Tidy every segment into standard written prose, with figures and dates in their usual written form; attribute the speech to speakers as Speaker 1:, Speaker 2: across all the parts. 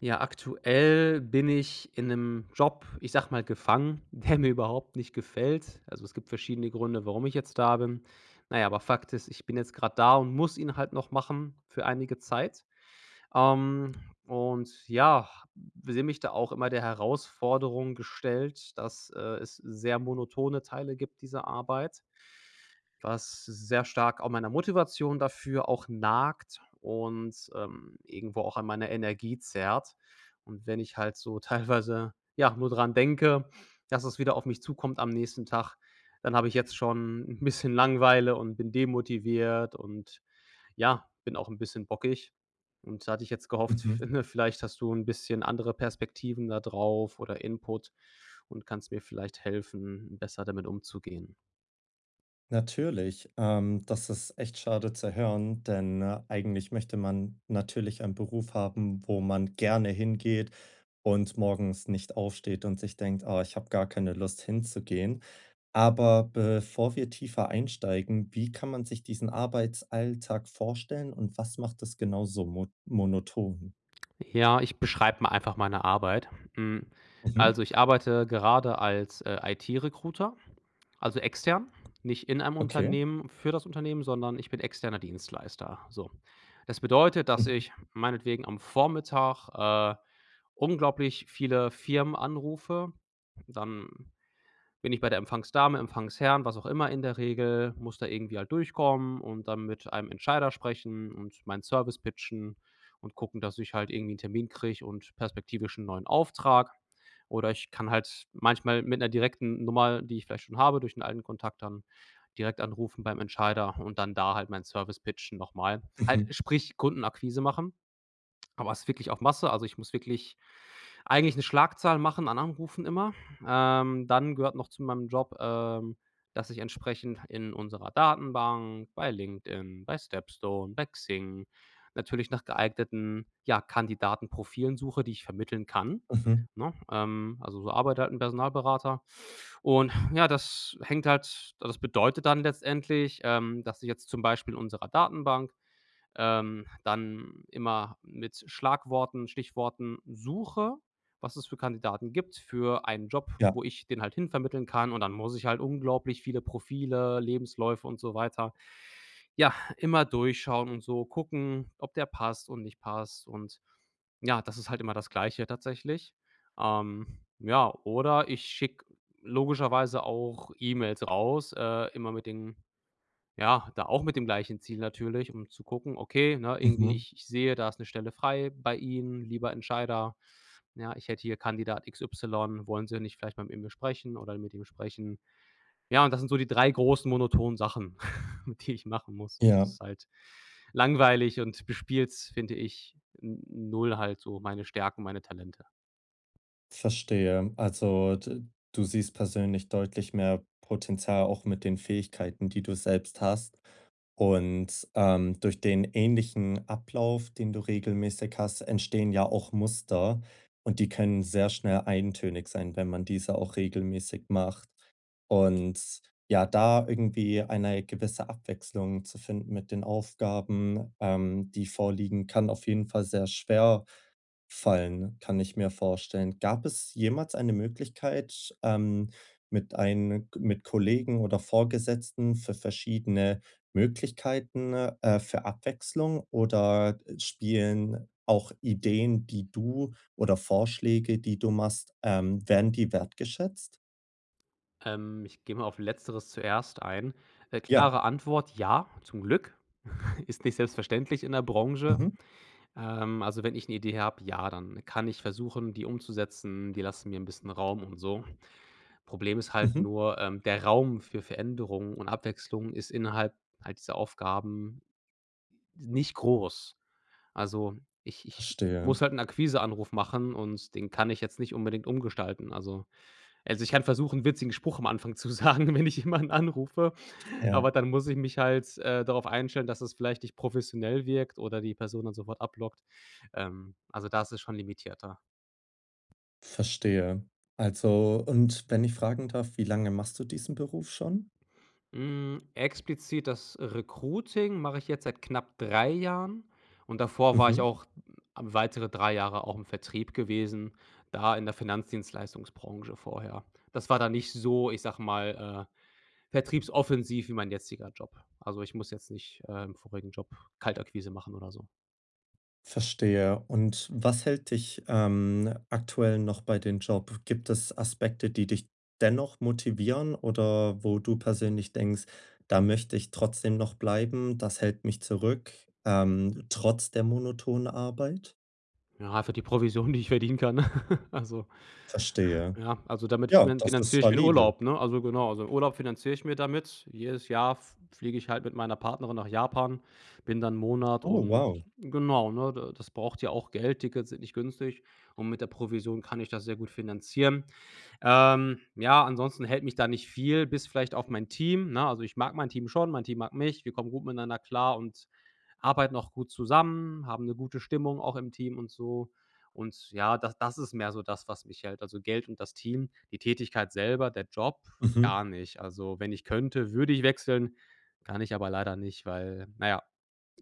Speaker 1: Ja, aktuell bin ich in einem Job, ich sag mal, gefangen, der mir überhaupt nicht gefällt. Also, es gibt verschiedene Gründe, warum ich jetzt da bin. Na ja, aber Fakt ist, ich bin jetzt gerade da und muss ihn halt noch machen für einige Zeit. Ähm, und ja, sehe mich da auch immer der Herausforderung gestellt, dass, es sehr monotone Teile gibt dieser Arbeit, was sehr stark auch meiner Motivation dafür auch nagt und, irgendwo auch an meiner Energie zerrt. Und wenn ich halt so teilweise, ja, nur dran denke, dass es wieder auf mich zukommt am nächsten Tag, dann habe ich jetzt schon ein bisschen Langeweile und bin demotiviert und ja, bin auch ein bisschen bockig, und da hatte ich jetzt gehofft,
Speaker 2: Mhm.
Speaker 1: ne, vielleicht hast du ein bisschen andere Perspektiven da drauf oder Input und kannst mir vielleicht helfen, besser damit umzugehen.
Speaker 2: Natürlich, das ist echt schade zu hören, denn, eigentlich möchte man natürlich einen Beruf haben, wo man gerne hingeht und morgens nicht aufsteht und sich denkt: „Ah, ich habe gar keine Lust hinzugehen.“ Aber bevor wir tiefer einsteigen, wie kann man sich diesen Arbeitsalltag vorstellen und was macht es genau so mo monoton?
Speaker 1: Ja, ich beschreibe mal einfach meine Arbeit. Hm,
Speaker 2: Mhm.
Speaker 1: also, ich arbeite gerade als, IT-Recruiter. Also extern, nicht in einem
Speaker 2: Okay.
Speaker 1: Unternehmen für das Unternehmen, sondern ich bin externer Dienstleister. So. Das bedeutet, dass
Speaker 2: Mhm.
Speaker 1: ich meinetwegen am Vormittag, unglaublich viele Firmen anrufe, dann bin ich bei der Empfangsdame, Empfangsherrn, was auch immer in der Regel, muss da irgendwie halt durchkommen und dann mit einem Entscheider sprechen und meinen Service pitchen und gucken, dass ich halt irgendwie einen Termin kriege und perspektivisch einen neuen Auftrag. Oder ich kann halt manchmal mit einer direkten Nummer, die ich vielleicht schon habe, durch einen alten Kontakt dann direkt anrufen beim Entscheider und dann da halt meinen Service pitchen nochmal, halt,
Speaker 2: Mhm.
Speaker 1: sprich Kundenakquise machen. Aber es ist wirklich auf Masse. Also, ich muss wirklich eigentlich eine Schlagzahl machen an Anrufen immer. Dann gehört noch zu meinem Job, dass ich entsprechend in unserer Datenbank, bei LinkedIn, bei Stepstone, bei Xing natürlich nach geeigneten, ja, Kandidatenprofilen suche, die ich vermitteln kann,
Speaker 2: Mhm.
Speaker 1: ne? Also, so arbeitet halt 'n Personalberater. Und ja, das hängt halt das bedeutet dann letztendlich, dass ich jetzt zum Beispiel in unserer Datenbank, dann immer mit Schlagworten, Stichworten suche, was es für Kandidaten gibt für einen Job,
Speaker 2: Ja.
Speaker 1: wo ich den halt hinvermitteln kann. Und dann muss ich halt unglaublich viele Profile, Lebensläufe und so weiter, ja, immer durchschauen und so gucken, ob der passt und nicht passt. Und ja, das ist halt immer das Gleiche tatsächlich. Ja, oder ich schicke logischerweise auch E-Mails raus, immer mit den ja, da auch mit dem gleichen Ziel natürlich, um zu gucken, okay, ne, irgendwie
Speaker 2: Mhm.
Speaker 1: ich sehe, da ist eine Stelle frei bei Ihnen, lieber Entscheider. Ja, ich hätte hier Kandidat XY, wollen Sie nicht vielleicht mal mit ihm sprechen oder mit ihm sprechen? Ja, und das sind so die 3 großen monotonen Sachen, die ich machen muss. Das
Speaker 2: Ja.
Speaker 1: ist halt langweilig und bespielt, finde ich, n null halt so meine Stärken, meine Talente.
Speaker 2: Verstehe. Also, d du siehst persönlich deutlich mehr Potenzial auch mit den Fähigkeiten, die du selbst hast. Und, durch den ähnlichen Ablauf, den du regelmäßig hast, entstehen ja auch Muster, und die können sehr schnell eintönig sein, wenn man diese auch regelmäßig macht. Und, ja, da irgendwie eine gewisse Abwechslung zu finden mit den Aufgaben, die vorliegen, kann auf jeden Fall sehr schwer fallen, kann ich mir vorstellen. Gab es jemals eine Möglichkeit, mit Kollegen oder Vorgesetzten für verschiedene Möglichkeiten, für Abwechslung oder spielen auch Ideen, die du oder Vorschläge, die du machst, werden die wertgeschätzt?
Speaker 1: Ich gehe mal auf Letzteres zuerst ein.
Speaker 2: Ja.
Speaker 1: Klare Antwort: „Ja“, zum Glück. Ist nicht selbstverständlich in der Branche.
Speaker 2: Mhm.
Speaker 1: Also wenn ich eine Idee habe, ja, dann kann ich versuchen, die umzusetzen. Die lassen mir ein bisschen Raum und so. Problem ist halt
Speaker 2: Mhm.
Speaker 1: nur, der Raum für Veränderung und Abwechslung ist innerhalb halt dieser Aufgaben nicht groß. Also, ich
Speaker 2: Verstehe.
Speaker 1: muss halt 'n Akquiseanruf machen und den kann ich jetzt nicht unbedingt umgestalten. Also, ich kann versuchen, 'n witzigen Spruch am Anfang zu sagen, wenn ich jemanden anrufe,
Speaker 2: Ja,
Speaker 1: aber dann muss ich mich halt, darauf einstellen, dass es vielleicht nicht professionell wirkt oder die Person dann sofort ablockt. Also, da ist es schon limitierter.
Speaker 2: verstehe. Also, und wenn ich fragen darf, wie lange machst du diesen Beruf schon?
Speaker 1: Hm, explizit das Recruiting mache ich jetzt seit knapp 3 Jahren und davor war ich
Speaker 2: Mhm.
Speaker 1: auch weitere 3 Jahre auch im Vertrieb gewesen, da in der Finanzdienstleistungsbranche vorher. Das war da nicht so, ich sag mal, vertriebsoffensiv wie mein jetziger Job. Also, ich muss jetzt nicht, im vorigen Job Kaltakquise machen oder so.
Speaker 2: Verstehe. Und was hält dich, aktuell noch bei dem Job? Gibt es Aspekte, die dich dennoch motivieren oder wo du persönlich denkst: „Da möchte ich trotzdem noch bleiben, das hält mich zurück, trotz der monotonen Arbeit?“
Speaker 1: Ja, halt für die Provision, die ich verdienen kann. Also,
Speaker 2: Verstehe.
Speaker 1: ja, also damit
Speaker 2: Ja, das
Speaker 1: finanziere
Speaker 2: ist
Speaker 1: ich mir 'n
Speaker 2: valide.
Speaker 1: Urlaub, ne? Also genau, also Urlaub finanziere ich mir damit. Jedes Jahr f fliege ich halt mit meiner Partnerin nach Japan, bin dann 'n Monat
Speaker 2: Oh,
Speaker 1: und
Speaker 2: wow.
Speaker 1: genau, ne, da das braucht ja auch Geld. Tickets sind nicht günstig und mit der Provision kann ich das sehr gut finanzieren. Ja, ansonsten hält mich da nicht viel, bis vielleicht auf mein Team, ne? Also, ich mag mein Team schon, mein Team mag mich. Wir kommen gut miteinander klar und arbeiten auch gut zusammen, haben eine gute Stimmung auch im Team und so. Und ja, das ist mehr so das, was mich hält. Also, Geld und das Team, die Tätigkeit selber, der Job,
Speaker 2: Mhm.
Speaker 1: gar nicht. Also, wenn ich könnte, würde ich wechseln, kann ich aber leider nicht, weil naja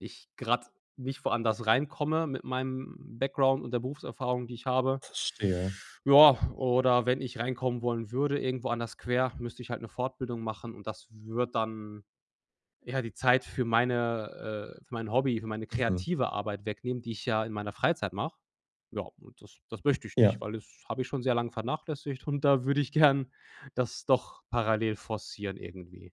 Speaker 1: ich gerade nicht woanders reinkomme mit meinem Background und der Berufserfahrung, die ich habe.
Speaker 2: Verstehe.
Speaker 1: Ja, oder wenn ich reinkommen wollen würde, irgendwo anders quer, müsste ich halt eine Fortbildung machen und das wird dann ja die Zeit für meine für mein Hobby, für meine
Speaker 2: Mhm.
Speaker 1: kreative Arbeit wegnehmen, die ich ja in meiner Freizeit mache. Ja, und das möchte ich
Speaker 2: Ja.
Speaker 1: nicht, weil das habe ich schon sehr lange vernachlässigt und da würde ich gern das doch parallel forcieren irgendwie.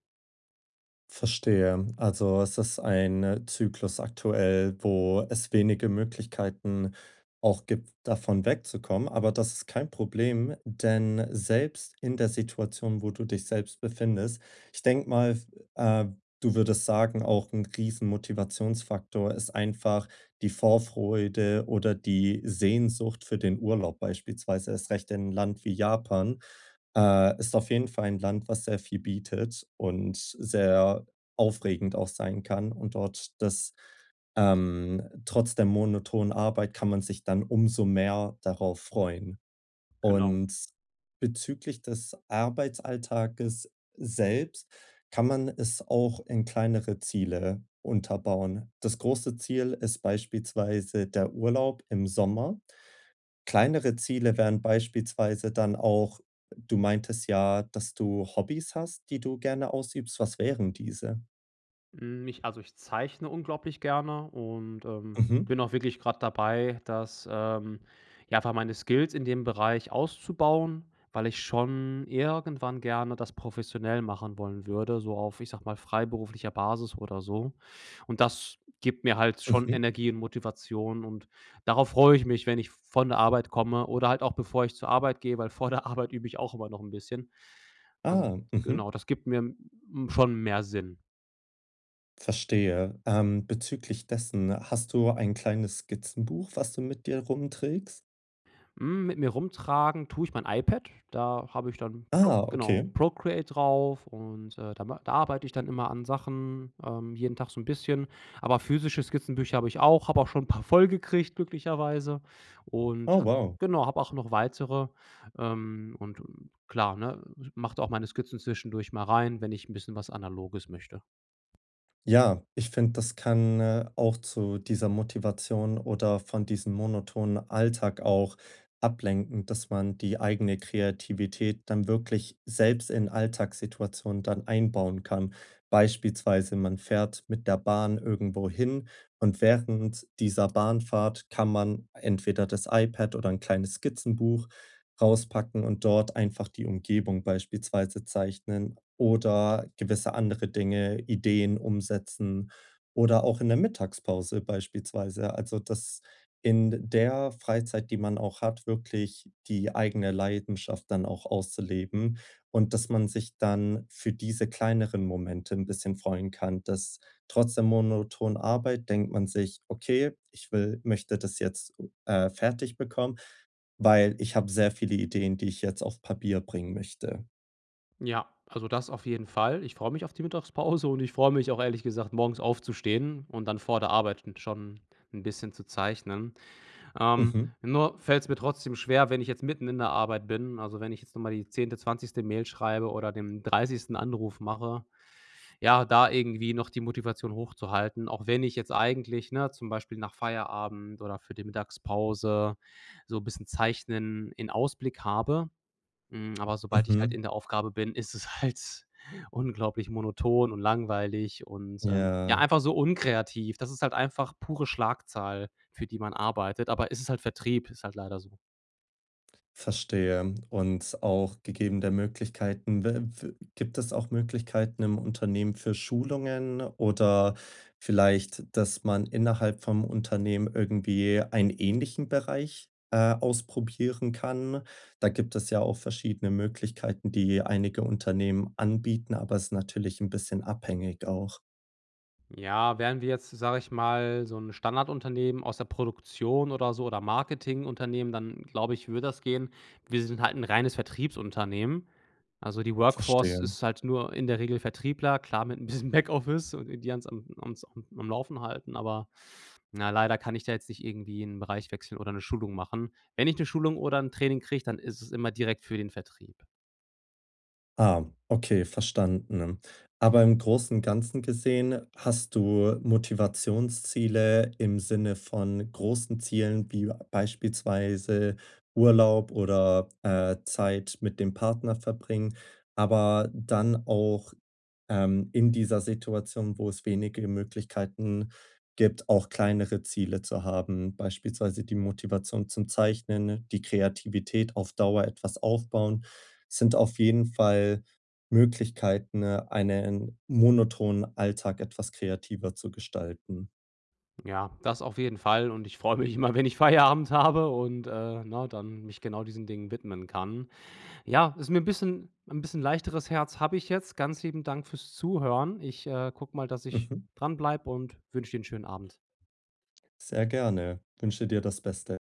Speaker 2: Verstehe. Also, es ist ein Zyklus aktuell, wo es wenige Möglichkeiten auch gibt, davon wegzukommen. Aber das ist kein Problem, denn selbst in der Situation, wo du dich selbst befindest, ich denke mal, äh, du würdest sagen, auch ein riesen Motivationsfaktor ist einfach die Vorfreude oder die Sehnsucht für den Urlaub beispielsweise, erst recht in 'n Land wie Japan, ist auf jeden Fall ein Land, was sehr viel bietet und sehr aufregend auch sein kann. Und dort das trotz der monotonen Arbeit kann man sich dann umso mehr darauf freuen.
Speaker 1: Genau.
Speaker 2: Und bezüglich des Arbeitsalltages selbst kann man es auch in kleinere Ziele unterbauen. Das große Ziel ist beispielsweise der Urlaub im Sommer. Kleinere Ziele wären beispielsweise dann auch, du meintest ja, dass du Hobbys hast, die du gerne ausübst. Was wären diese?
Speaker 1: Hm, ich zeichne unglaublich gerne und,
Speaker 2: Mhm,
Speaker 1: bin auch wirklich gerade dabei, dass, ja, einfach meine Skills in dem Bereich auszubauen, weil ich schon irgendwann gerne das professionell machen wollen würde, so auf, ich sage mal, freiberuflicher Basis oder so. Und das gibt mir halt schon
Speaker 2: mhm.
Speaker 1: Energie und Motivation und darauf freue ich mich, wenn ich von der Arbeit komme oder halt auch bevor ich zur Arbeit gehe, weil vor der Arbeit übe ich auch immer noch ein bisschen. Also,
Speaker 2: Ah, mhm,
Speaker 1: genau, das gibt mir, hm, schon mehr Sinn.
Speaker 2: verstehe. Bezüglich dessen, hast du ein kleines Skizzenbuch, was du mit dir rumträgst?
Speaker 1: Hm, mit mir rumtragen tue ich mein iPad. Da habe ich dann
Speaker 2: Ah, okay.
Speaker 1: Procreate drauf und, da arbeite ich dann immer an Sachen, jeden Tag so 'n bisschen. Aber physische Skizzenbücher habe ich auch, habe auch schon 'n paar vollgekriegt glücklicherweise und
Speaker 2: Oh,
Speaker 1: ha
Speaker 2: wow.
Speaker 1: genau, habe auch noch weitere. Ähm, und äh, klar, ne, mache da auch meine Skizzen zwischendurch mal rein, wenn ich 'n bisschen was Analoges möchte.
Speaker 2: Ja, ich finde, das kann, auch zu dieser Motivation oder von diesem monotonen Alltag auch ablenken, dass man die eigene Kreativität dann wirklich selbst in Alltagssituationen dann einbauen kann. Beispielsweise, man fährt mit der Bahn irgendwo hin und während dieser Bahnfahrt kann man entweder das iPad oder ein kleines Skizzenbuch rauspacken und dort einfach die Umgebung beispielsweise zeichnen oder gewisse andere Dinge, Ideen umsetzen oder auch in der Mittagspause beispielsweise. Also, dass in der Freizeit, die man auch hat, wirklich die eigene Leidenschaft dann auch auszuleben und dass man sich dann für diese kleineren Momente ein bisschen freuen kann, dass trotz der monotonen Arbeit denkt man sich: „Okay, ich will möchte das jetzt, fertig bekommen, weil ich habe sehr viele Ideen, die ich jetzt auf Papier bringen möchte.“
Speaker 1: Ja, also das auf jeden Fall. Ich freue mich auf die Mittagspause und ich freue mich auch ehrlich gesagt, morgens aufzustehen und dann vor der Arbeit schon ein bisschen zu zeichnen.
Speaker 2: Mhm,
Speaker 1: Nur fällt es mir trotzdem schwer, wenn ich jetzt mitten in der Arbeit bin. Also, wenn ich jetzt noch mal die 10., 20. Mail schreibe oder den 30. Anruf mache, ja, da irgendwie noch die Motivation hochzuhalten, auch wenn ich jetzt eigentlich, ne, zum Beispiel nach Feierabend oder für die Mittagspause so ein bisschen Zeichnen in Ausblick habe. Hm, aber sobald ich halt in
Speaker 2: mhm.
Speaker 1: der Aufgabe bin, ist es halt unglaublich monoton und langweilig und,
Speaker 2: Ja,
Speaker 1: ja, einfach so unkreativ. Das ist halt einfach pure Schlagzahl, für die man arbeitet, aber es ist halt Vertrieb, ist halt leider so.
Speaker 2: verstehe. Und auch gegeben der Möglichkeiten, w gibt es auch Möglichkeiten im Unternehmen für Schulungen oder vielleicht, dass man innerhalb vom Unternehmen irgendwie einen ähnlichen Bereich, ausprobieren kann? Da gibt es ja auch verschiedene Möglichkeiten, die einige Unternehmen anbieten, aber es ist natürlich ein bisschen abhängig auch.
Speaker 1: Ja, wären wir jetzt, sage ich mal, so ein Standardunternehmen aus der Produktion oder so oder Marketingunternehmen, dann glaube ich, würde das gehen. Wir sind halt ein reines Vertriebsunternehmen. Also, die Workforce
Speaker 2: Verstehe.
Speaker 1: ist halt nur in der Regel Vertriebler, klar mit ein bisschen Backoffice und die ans am uns am am Laufen halten, aber na, leider kann ich da jetzt nicht irgendwie einen Bereich wechseln oder eine Schulung machen. Wenn ich eine Schulung oder ein Training kriege, dann ist es immer direkt für den Vertrieb.
Speaker 2: Ah, okay, verstanden. Aber im Großen und Ganzen gesehen, hast du Motivationsziele im Sinne von großen Zielen wie beispielsweise Urlaub oder, Zeit mit dem Partner verbringen, aber dann auch in dieser Situation, wo es wenige Möglichkeiten gibt, auch kleinere Ziele zu haben, beispielsweise die Motivation zum Zeichnen, die Kreativität auf Dauer etwas aufbauen, sind auf jeden Fall Möglichkeiten, einen monotonen Alltag etwas kreativer zu gestalten.
Speaker 1: Ja, das auf jeden Fall und ich freue mich immer, wenn ich Feierabend habe und, ne, dann mich genau diesen Dingen widmen kann. Ja, ist mir ein bisschen leichteres Herz habe ich jetzt. Ganz lieben Dank fürs Zuhören. Ich, gucke mal, dass ich
Speaker 2: Mhm.
Speaker 1: dranbleibe und wünsche dir 'n schönen Abend.
Speaker 2: Sehr gerne. Wünsche dir das Beste.